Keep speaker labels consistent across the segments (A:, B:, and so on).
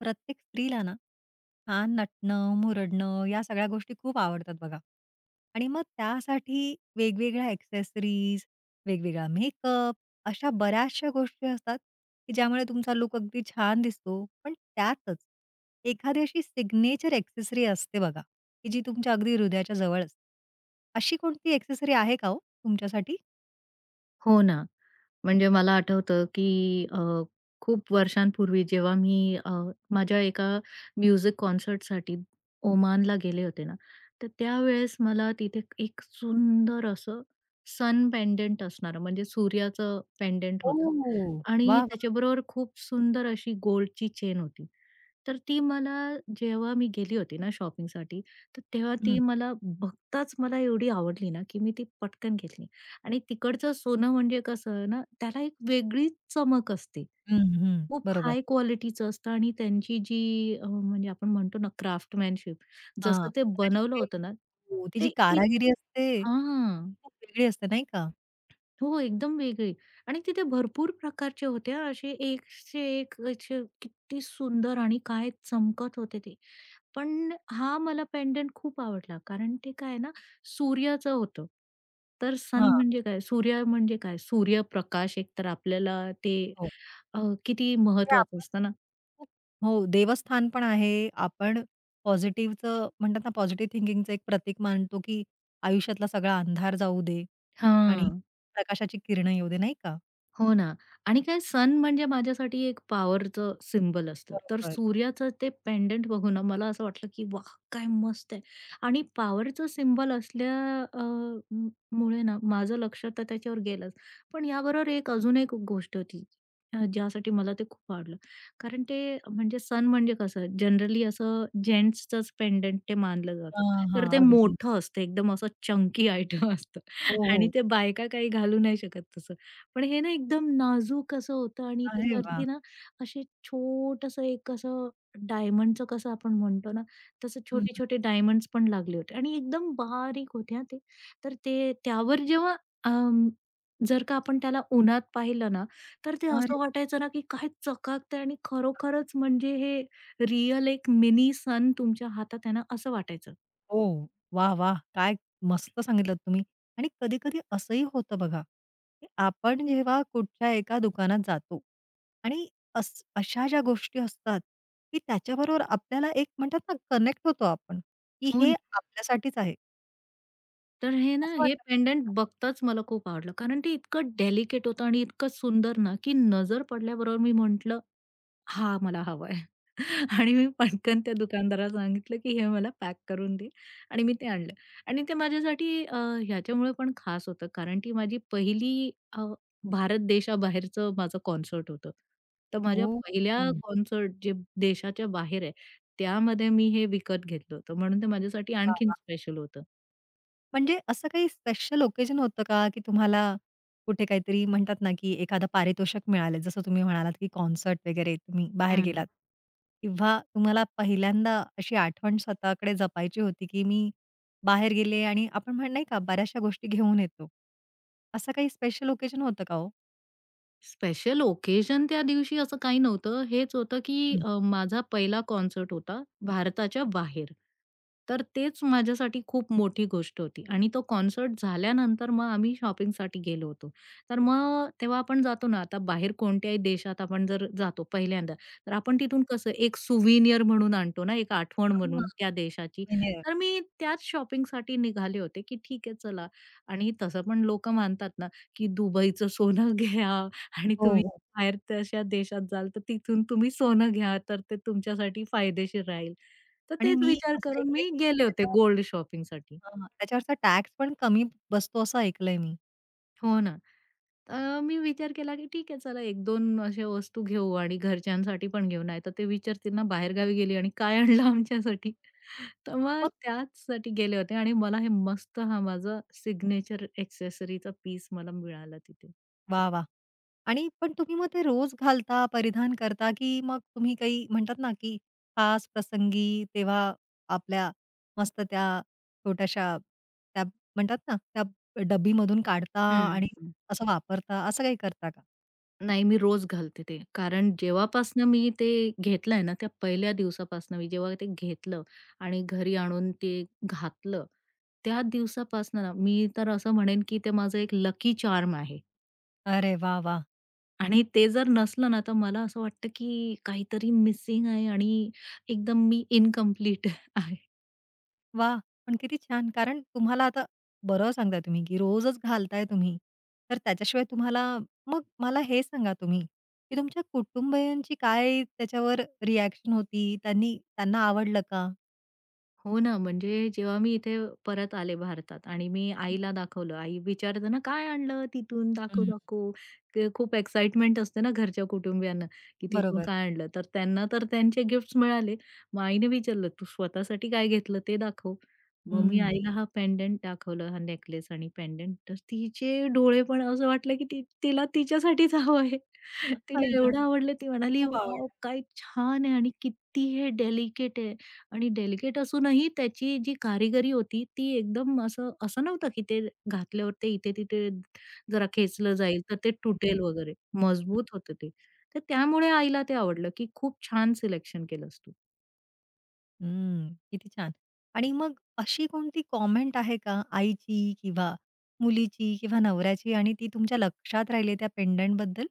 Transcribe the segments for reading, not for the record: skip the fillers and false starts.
A: प्रत्येक स्त्रीला ना, छान नटणं, मुरडणं या सगळ्या गोष्टी खूप आवडतात बघा. आणि मग त्यासाठी वेगवेगळ्या एक्सेसरीज, वेगवेगळा मेकअप अशा बऱ्याचशा गोष्टी असतात, की ज्यामुळे तुमचा लूक अगदी छान दिसतो. पण त्यातच एखादी अशी सिग्नेचर एक्सेसरी असते बघा, की जी तुमच्या अगदी हृदयाच्या जवळ असते. अशी कोणती एक्सेसरी आहे का हो तुमच्यासाठी?
B: हो ना. म्हणजे मला आठवतं, की खूप वर्षांपूर्वी जेव्हा मी माझ्या एका म्युझिक कॉन्सर्टसाठी ओमानला गेले होते ना, तर त्यावेळेस मला तिथे एक सुंदर असं सन पेंडंट असणारं म्हणजे सूर्याचं पेंडेंट
A: ओ!
B: होतं आणि
A: वाह! वाह!
B: त्याच्याबरोबर खूप सुंदर अशी गोल्डची चेन होती. तर ती मला जेव्हा मी गेली होती ना शॉपिंगसाठी, तर तेव्हा ती
A: हं,
B: मला बघताच मला एवढी आवडली ना, की मी ती पटकन घेतली आणि तिकडचं सोनं म्हणजे कसं ना, त्याला एक वेगळीच चमक असते.
A: हं.
B: खूप
A: बरोबर.
B: हाय क्वालिटीचं असतं आणि त्यांची जी म्हणजे आपण म्हणतो ना क्राफ्टमॅनशिप, जसं
A: हां.
B: ते
A: कदाचित
B: बनवलं
A: ते
B: होतं ना,
A: हो, ती जी
B: ते इत
A: कारागिरी असते,
B: हां.
A: खूप वेगळी असते नाही का?
B: हो, एकदम वेगळी आणि तिथे भरपूर प्रकारचे होते हां, असे एकशे एक असे किती सुंदर आणि काय चमकत होते ते. पण हा मला पेंडंट खूप आवडला कारण ते काय आहे ना, सूर्याचं होतं. तर सन
A: हां,
B: म्हणजे काय? सूर्य म्हणजे काय? सूर्यप्रकाश एकतर आपल्याला ते
A: हो.
B: अ, किती
A: म्हणजे
B: महत्वाचं
A: आपण
B: असतं ना.
A: खूप हो, देवस्थान पण आहे. आपण पॉझिटिव्हचं म्हणतात ना, पॉझिटिव्ह थिंकिंगचं एक प्रतीक मानतो, की आयुष्यातला सगळा अंधार जाऊ दे आणि
B: हां.
A: प्रकाशाची किरणं येऊ दे, नाही का?
B: हो ना आणि काय सन म्हणजे माझ्यासाठी एक पॉवरचं सिम्बल असतं. तर
A: बरोबर.
B: सूर्याचं ते पेंडंट बघून ना मला असं वाटलं, की वाह! काय मस्त आहे. आणि पॉवरचं सिम्बॉल असल्या अ, म मुळे ना माझं लक्ष तर त्याच्यावर गेलंच. पण याबरोबर एक अजून एक गोष्ट होती ज्यासाठी मला ते खूप आवडलं. कारण ते म्हणजे सन म्हणजे कसं जनरली असं जेंट्सचंच पेंडंट ते मानलं जातं.
A: हां, हां.
B: तर ते
A: अगदी.
B: मोठं असतं एकदम असं चंकी आयटम असतं
A: हो,
B: आणि
A: हो.
B: ते बायका काही घालू नाही शकत तसं. पण हे ना एकदम नाजूक असं होतं आणि
A: अरे वाह!
B: त्याच्यावरती ना असे छोटंसं एक असं डायमंडचं कसं आपण म्हणतो ना, तसं
A: हं, हं.
B: छोटे-छोटे डायमंड्स पण लागले होते आणि एकदम बारीक होते हां ते. तर ते त्यावर जेव्हा अं, जर का आपण त्याला उन्हात पाहिलं ना, तर ते
A: अरे
B: असं वाटायचं ना, की काय चकाकतंय आणि खरोखरच म्हणजे हे रिअल एक मिनी सन तुमच्या हातात आहे ना, असं वाटायचं.
A: हो. वाह! वाह! काय मस्त सांगितलत तुम्ही. आणि कधी-कधी असंही होतं बघा, की आपण जेव्हा कुठच्या एका दुकानात जातो आणि अस अशा ज्या गोष्टी असतात, की त्याच्याबरोबर आपल्याला एक म्हणतात ना, कनेक्ट होतो आपण, की
B: हो
A: हे
B: ना.
A: आपल्यासाठीच आहे.
B: तर हे ना,
A: असं
B: हे
A: वाटतं का
B: पेंडंट बघताच मला खूप आवडलं. कारण ते इतकं डेलिकेट होतं आणि इतकं सुंदर ना, की नजर पडल्याबरोबर मी म्हटलं, "हा मला हवा आणि मी पटकन त्या दुकानदाराला सांगितलं, की "हे मला पॅक करून दे." आणि मी ते आणलं. आणि ते माझ्यासाठी ह्याच्यामुळे पण खास होतं, कारण ती माझी पहिली अ, भारत देशाबाहेरचं माझं कॉन्सर्ट होतं. तर माझ्या
A: हो,
B: पहिल्या
A: हो.
B: कॉन्सर्ट जे देशाच्या बाहेर आहे, त्यामध्ये मी हे विकत घेतलं होतं. म्हणून ते माझ्यासाठी आणखीन स्पेशल होतं.
A: म्हणजे असं काही स्पेशल ओकेजन होतं का, की तुम्हाला कुठे काहीतरी म्हणतात ना, की एखादं पारितोषिक मिळालं. जसं तुम्ही म्हणालात, की कॉन्सर्ट वगैरे तुम्ही बाहेर गेलात किंवा तुम्हाला पहिल्यांदा अशी आठवण स्वतःकडे जपायची होती, की मी बाहेर गेले आणि आपण म्हण नाही का बऱ्याचशा गोष्टी घेऊन येतो. असं काही स्पेशल ओकेजन होतं का हो?
B: स्पेशल ओकेजन त्या दिवशी असं काही नव्हतं. हेच होतं, की
A: हं.
B: माझा पहिला कॉन्सर्ट होता भारताच्या बाहेर. तर तेच माझ्यासाठी खूप मोठी गोष्ट होती आणि तो कॉन्सर्ट झाल्यानंतर मग आम्ही शॉपिंगसाठी गेलो होतो. तर मग तेव्हा आपण जातो ना, आता बाहेर कोणत्याही देशात आपण जर जातो पहिल्यांदा, तर आपण तिथून कसं एक सुव्हिनिअर म्हणून आणतो ना, एक आठवण
A: हां,
B: म्हणून त्या देशाची.
A: विनर.
B: तर मी त्याच शॉपिंगसाठी निघाले होते, की ठीक आहे चला आणि तसं पण लोकं मानतात ना, की दुबईचं सोनं घ्या आणि
A: हो,
B: तुम्ही
A: हो.
B: बाहेर तशा देशात जाल, तर तिथून तुम्ही सोनं घ्या, तर ते तुमच्यासाठी फायदेशीर राहील. तर
A: आणि
B: तेच
A: मी
B: विचार
A: असं
B: करून
A: ऐकलंय,
B: मी
A: की
B: गेले होते
A: त्याच्यावर
B: गोल्ड शॉपिंगसाठी.
A: हां, त्याच्यावरचा टॅक्स पण कमी बसतो असं ऐकलंय मी.
B: हो ना. तर मी विचार केला, की ठीक आहे चला 1-2 अशा वस्तू घेऊ आणि घरच्यांसाठी पण घेऊ. नाहीतर ते विचारतील ना बाहेरगावी गेली आणि काय आणलं आमच्यासाठी. तर मग
A: मग
B: त्याचसाठी गेले होते आणि मला हे मस्त हा माझा सिग्नेचर एक्सेसरीचा पीस मला मिळाला तिथे.
A: वाह! वाह! आणि पण तुम्ही मग ते रोज घालता, परिधान करता, की मग तुम्ही काही म्हणतात ना, की खास प्रसंगी तेव्हा आपल्या मस्त त्या छोट्याशा त्या म्हणतात ना, त्या डब्बीमधून काढता आणि
B: हं.
A: असं वापरता, असं काही करता का?
B: नाही, मी रोज घालते ते. कारण जेव्हापासनं मी ते घेतलंय ना, त्या पहिल्या दिवसापासनं मी जेव्हा ते घेतलं आणि घरी आणून ते घातलं, त्या दिवसापासनं ना, मी तर असं म्हणेन, की ते माझं एक लकी चार्म आहे.
A: अरे वाह! वाह!
B: आणि ते जर नसलं ना, तर मला असं वाटतं, की काहीतरी मिसिंग आहे आणि एकदम मी इन्कम्प्लीट आहे.
A: वाह! पण किती छान. कारण तुम्हाला आता बरोबर सांगताय तुम्ही, की रोजच घालताय तुम्ही. तर त्याच्याशिवाय तुम्हाला मग मला हे सांगा तुम्ही, की तुमच्या कुटुंबियांची काय त्याच्यावर रिएक्शन होती? त्यांनी त्यांना आवडलं का?
B: हो ना, म्हणजे जेव्हा मी इथे परत आले भारतात आणि मी आईला दाखवलं. आई विचारते ना, "काय आणलं तिथून? दाखव,
A: हं,
B: दाखव." ते खूप एक्साइटमेंट असते ना घरच्या कुटुंबियांना, की तिथून
A: बरोबर.
B: काय आणलं? तर त्यांना तर त्यांचे गिफ्ट्स मिळाले. मग आईने विचारलं, "तू स्वतःसाठी काय घेतलं ते दाखव." मग मी
A: हं.
B: आईला हा पेंडंट दाखवलं, हा नेकलेस आणि पेंडंट. तर तिचे डोळे पण असं वाटलं, की ती तिला तिच्यासाठीच हवं आहे. तिला
A: आई गं!
B: एवढं आवडलं. ती म्हणाली,
A: खूप
B: "वॉव!
A: आवडलं
B: काय छान आहे आणि किती हे डेलिकेट आहे." आणि डेलिकेट असूनही त्याची जी कारिगरी होती ती एकदम असं असं नव्हतं, की ते घातल्यावर ते इथे-तिथे जरा खेचलं जाईल तर ते
A: ते.
B: तुटेल वगैरे. मजबूत होतं ते. तर त्यामुळे आईला ते आवडलं, की खूप छान सिलेक्शन केलंस तू.
A: हं, किती छान. आणि मग अशी कोणती कॉमेंट आहे का आईची किंवा मुलीची किंवा नवऱ्याची आणि ती तुमच्या लक्षात राहिली त्या पेंडंटबद्दल?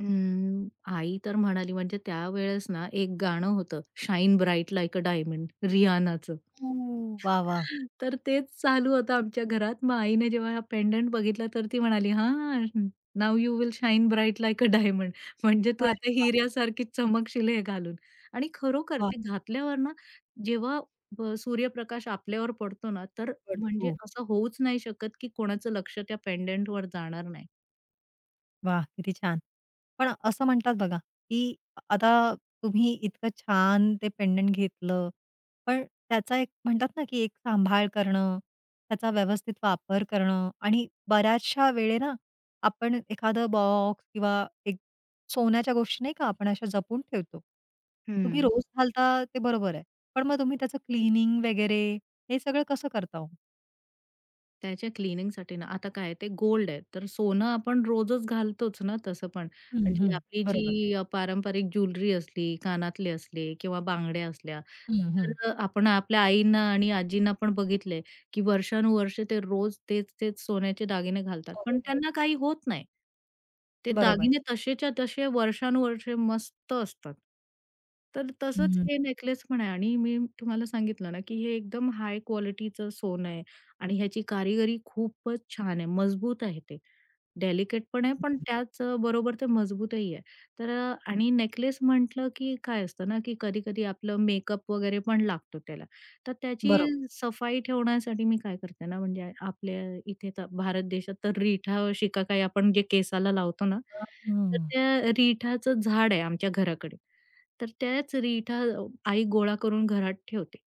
B: अं, आई तर म्हणाली म्हणजे त्यावेळेस ना, एक गाणं होतं shine bright like a diamond रियानाचं.
A: हं. वाह! वाह!
B: तर तेच चालू होतं आमच्या घरात. मग आईने जेव्हा हा पेंडंट बघितला, तर ती म्हणाली, "हां, now you will shine bright like a diamond." म्हणजे तू
A: अरे
B: आता
A: वाह!
B: हिऱ्यासारखी चमकशील हे घालून. आणि खरोखर
A: वाह!
B: ते घातल्यावर ना, जेव्हा ब सूर्यप्रकाश आपल्यावर पडतो ना, तर म्हणजे
A: वाह!
B: असं होऊच नाही शकत, की कोणाचं लक्ष त्या पेंडंटवर जाणार नाही.
A: वा, किती छान. पण असं म्हणतात बघा, की आता तुम्ही इतकं छान ते पेंडंट घेतलं, पण त्याचा एक म्हणतात ना, की एक सांभाळ करणं, त्याचा व्यवस्थित वापर करणं आणि बऱ्याचशा वेळे ना, आपण एखादं बॉक्स किंवा एक सोन्याच्या गोष्टी नाही का आपण अशा जपून ठेवतो. तुम्ही
B: हं.
A: रोज घालता ते बरोबर आहे. पण मग तुम्ही त्याचं क्लीनिंग वगैरे हे सगळं कसं करता हो?
B: त्याच्या क्लीनिंगसाठी ना, आता काय ते गोल्ड आहे, तर सोनं आपण रोजच घालतोच ना तसं पण.
A: हं,
B: म्हणजे
A: हं.
B: आपली
A: बरोबर.
B: जी पारंपरिक ज्वेलरी असली, कानातले असले किंवा बांगड्या असल्या,
A: हं, हं.
B: तर आपण आपल्या आईंना आणि आजींना पण बघितलंय, की वर्षानुवर्ष ते रोज तेच-तेच सोन्याचे दागिने घालतात, पण
A: हो, हो.
B: त्यांना काही होत नाही. ते
A: बरोबर.
B: दागिने तसेच्या तसे वर्षानुवर्षे मस्त असतात. तर
A: हं,
B: तसंच
A: हं.
B: हे नेकलेस पण आहे आणि मी तुम्हाला सांगितलं ना, की हे एकदम हाय क्वालिटीचं सोनं आहे. आणि ह्याची कारिगरी खूपच छान आहे. मजबूत आहे ते. डेलिकेट पण आहे, पण त्याच बरोबर ते मजबूतही आहे. आणि नेकलेस म्हटलं की काय असतं ना, की कधी-कधी आपलं मेकअप वगैरे पण लागतो त्याला. तर त्याची
A: बरोबर.
B: सफाई ठेवण्यासाठी मी काय करते ना, म्हणजे आपल्या इथे तर भारत देशात तर रिठा शिकाकाई आपण जे केसाला लावतो ना,
A: हं.
B: तर त्या रिठाचं झाड आहे आमच्या घराकडे. तर त्याच रिठा आई गोळा करून घरात ठेवते.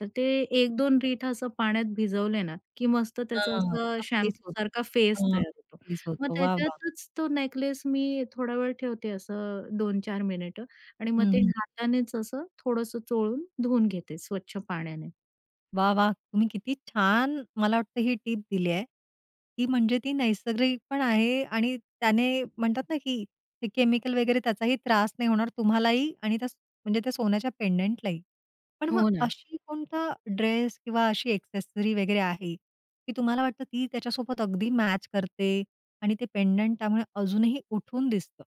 B: तर ते एक दोन रिठा असं पाण्यात भिजवले ना, की मस्त त्याचा
A: हां,
B: असं
A: त्याचा फेस होतो.
B: शॅम्पूसारखा फेस
A: हां,
B: तयार होतो.
A: फेस
B: मग
A: होतो. वाह, वाह!
B: त्याच्यातच तो नेकलेस मी थोडा वेळ ठेवते असं दोन-चार मिनिटं आणि मग
A: हं,
B: ते
A: हं.
B: हातानेच असं थोडंसं चोळून धुवून घेते स्वच्छ पाण्याने.
A: वाह, वाह! तुम्ही किती छान मला वाटतं ही टिप दिली आहे. ती म्हणजे ती नैसर्गिक पण आहे आणि त्याने म्हणतात ना, की ते केमिकल वगैरे त्याचाही त्रास नाही होणार तुम्हालाही आणि त्या म्हणजे त्या सोन्याच्या पेंडंटलाही. पण मग
B: हो ना.
A: अशी कोणता ड्रेस किंवा अशी एक्सेसरी वगैरे आहे, की तुम्हाला वाटतं ती त्याच्यासोबत अगदी मॅच करते आणि ते पेंडंट त्यामुळे अजूनही उठून दिसतं?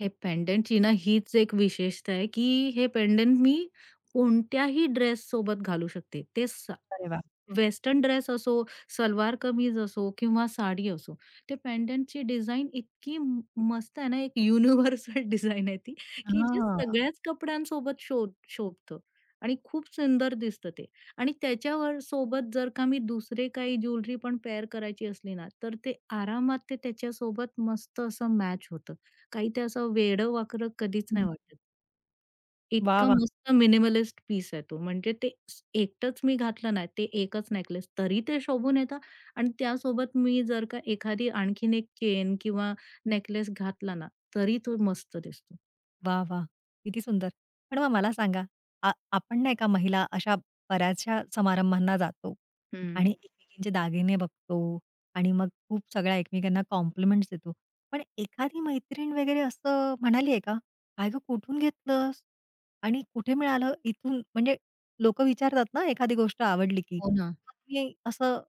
B: हे पेंडंटची ना हीच एक विशेषता आहे, की हे पेंडंट मी कोणत्याही ड्रेससोबत घालू शकते. ते स
A: अरे वाह!
B: वेस्टर्न ड्रेस असो, सलवार कमीज असो किंवा साडी असो. ते पेंडंटची डिझाइन इतकी म मस्त आहे ना, एक युनिव्हर्सल डिझाइन आहे ती, की जे
A: हां.
B: सगळ्याच कपड्यांसोबत शोभतं आणि खूप सुंदर दिसतं ते. आणि त्याच्यावर सोबत जर का मी दुसरे काही ज्वेलरी पण पेअर करायची असली ना, तर ते आरामात ते त्याच्यासोबत मस्त असं मॅच होतं. काही ते असं वेडं-वाकडं कधीच
A: हं.
B: नाही वाटत.
A: वाह,
B: इतका
A: वाह!
B: मस्त मिनिमलिस्ट पीस आहे तो. म्हणजे ते स एकटंच मी घातलं ना, ते एकच नेकलेस तरी ते शोभून येतं आणि त्यासोबत मी जर का एखादी आणखीन एक चेन किंवा नेकलेस घातला ना, तरी तो मस्त दिसतो.
A: वाह, वाह! किती सुंदर. पण मग मला सांगा, आ आपण नाही का महिला अशा बऱ्याचशा समारंभांना जातो आणि
B: हं.
A: एकमेकींचे दागिने बघतो आणि मग खूप सगळ्या एकमेकांना कॉम्प्लिमेंट्स देतो. पण एखादी मैत्रीण वगैरे असं म्हणाली आहे का, "काय गं कुठून घेतलंस?" आणि कुठे मिळालं इथून म्हणजे लोकं विचारतात ना एखादी गोष्ट आवडली की.
B: हो ना.
A: मग तुम्ही असं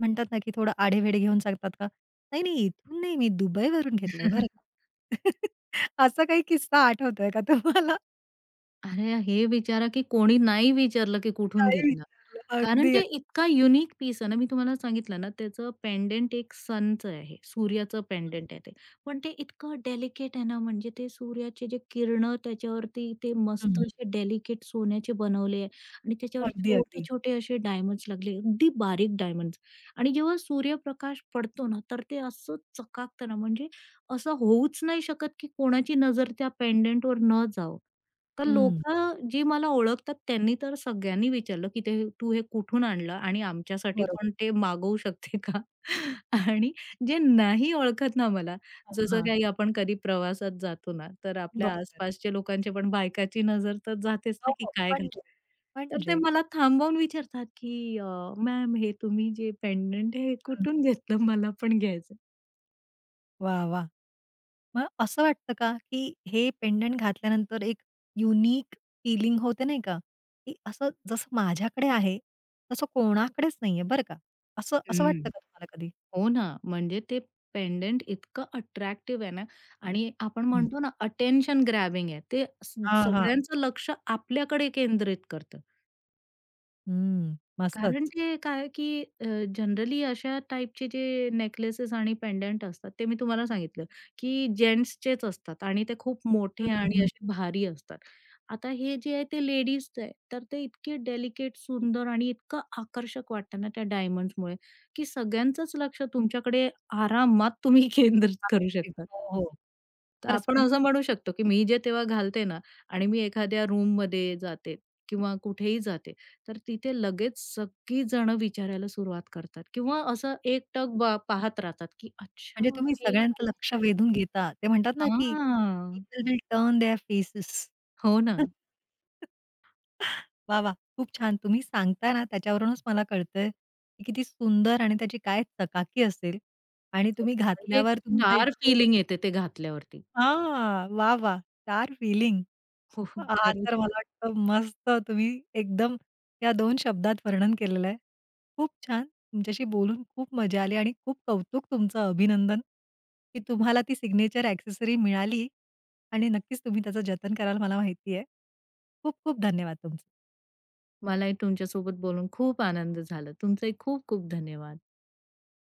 A: म्हणतात ना, की थोडं आढेवेढे घेऊन सांगतात का? "नाही, नाही इथून नाही मी दुबईवरून घेतलंय बरं का." असा काही किस्सा आठवतोय का तुम्हाला?
B: अरे, हे विचारा की कोणी नाही विचारलं की कुठून
A: नाही विचारलं.
B: घेतला? कारण
A: अगदी, अगदी.
B: ते इतका युनिक पीस आहे ना, मी तुम्हाला सांगितलं ना, त्याचं पेंडंट एक सनचं आहे, सूर्याचं पेंडंट आहे ते. पण ते इतकं डेलिकेट आहे ना, म्हणजे ते सूर्याचे जे किरणं त्याच्यावरती ते मस्त
A: हं,
B: असे डेलिकेट सोन्याचे बनवले आहे आणि त्याच्यावर
A: अगदी, अगदी.
B: छोटे-छोटे असे डायमंड्स लागले, अगदी बारीक डायमंड्स आणि जेव्हा सूर्यप्रकाश पडतो ना, तर ते असं चकाकतं ना, म्हणजे असं होऊच नाही शकत, की कोणाची नजर त्या पेंडंटवर न जावो. तर
A: हं.
B: लोकं जी मला ओळखतात त्यांनी तर सगळ्यांनी विचारलं, की "ते तू हे कुठून आणलं आणि आमच्यासाठी
A: बरोबर.
B: पण ते मागवू शकते का?" आणि जे नाही ओळखत ना मला,
A: हां,
B: जसं
A: हां.
B: काही आपण कधी प्रवासात जातो ना, तर आपल्या
A: बरोबर.
B: आसपासच्या लोकांची पण बायकाची नजर तर जातेच
A: हो,
B: ना, की
A: हो.
B: काय घातलं.
A: म्हणजे
B: तर ते
A: म्हणजे.
B: मला थांबवून विचारतात, की मॅम हे तुम्ही जे पेंडंट हे
A: हं.
B: कुठून घेतलं? मला पण घ्यायचं
A: वाह! वाह! मग असं वाटतं का, की हे पेंडंट घातल्यानंतर एक युनिक फीलिंग होते नाही का, की असं जसं माझ्याकडे आहे, तसं कोणाकडेच नाहीये बरं का. असं असं वाटतं का तुम्हाला कधी?
B: हो ना, म्हणजे ते पेंडंट इतकं अट्रॅक्टिव्ह आहे ना आणि आपण
A: हं.
B: म्हणतो ना अटेन्शन ग्रॅबिंग आहे. ते स
A: हां, हां.
B: सगळ्यांचं लक्ष आपल्याकडे केंद्रित करतं.
A: हं,
B: कारण
A: मस्तच.
B: ते काय की जनरली अशा टाईपचे जे नेकलेसेस आणि पेंडंट असतात, ते मी तुम्हाला सांगितलं, की जेंट्सचेच असतात आणि ते खूप
A: हं,
B: मोठे आणि
A: हं.
B: असे भारी असतात. आता हे जे आहे ते लेडीजचं आहे, तर ते इतके डेलिकेट, सुंदर आणि इतकं आकर्षक वाटतं ना त्या डायमंड्समुळे, की सगळ्यांचंच लक्ष तुमच्याकडे आरामात तुम्ही केंद्रित करू शकता.
A: हो, हो.
B: तर
A: खरंच
B: आपण
A: पण
B: असं म्हणू शकतो, की मी जे तेव्हा घालते ना आणि मी एखाद्या रूममध्ये जाते किंवा कुठेही जाते, तर तिथे लगेच सगळी जण विचारायला सुरुवात करतात किंवा असं एकटक पाहत राहतात, की अच्छा
A: म्हणजे तुम्ही
B: हे
A: सगळ्यांचं
B: काय
A: लक्ष
B: घातलंय?
A: वेधून घेता. ते म्हणतात ना, की
B: हां.
A: People will turn their faces.
B: हो ना.
A: वाह, वाह! खूप छान. तुम्ही सांगताय ना, त्याच्यावरूनच मला कळतंय, की किती सुंदर आणि त्याची काय चकाकी असेल आणि तुम्ही
B: म्हणजे एक
A: घातल्यावर तुम्हाला
B: स्टार
A: इतकं
B: फीलिंग येते ते घातल्यावरती.
A: हां, वाह, वाह! Star feeling.
B: हो, हो.
A: हां, तर
B: खरंच.
A: मला वाटतं मस्त तुम्ही एकदम या दोन शब्दात वर्णन केलेलं आहे. खूप छान. तुमच्याशी बोलून खूप मजा आली आणि खूप कौतुक तुमचं अभिनंदन, की तुम्हाला ती सिग्नेचर ॲक्सेसरी मिळाली आणि नक्कीच तुम्ही त्याचं जतन कराल मला माहिती आहे. खूप खूप धन्यवाद तुमचे.
B: मलाही तुमच्यासोबत बोलून खूप आनंद झाला. तुमचेही खूप खूप धन्यवाद.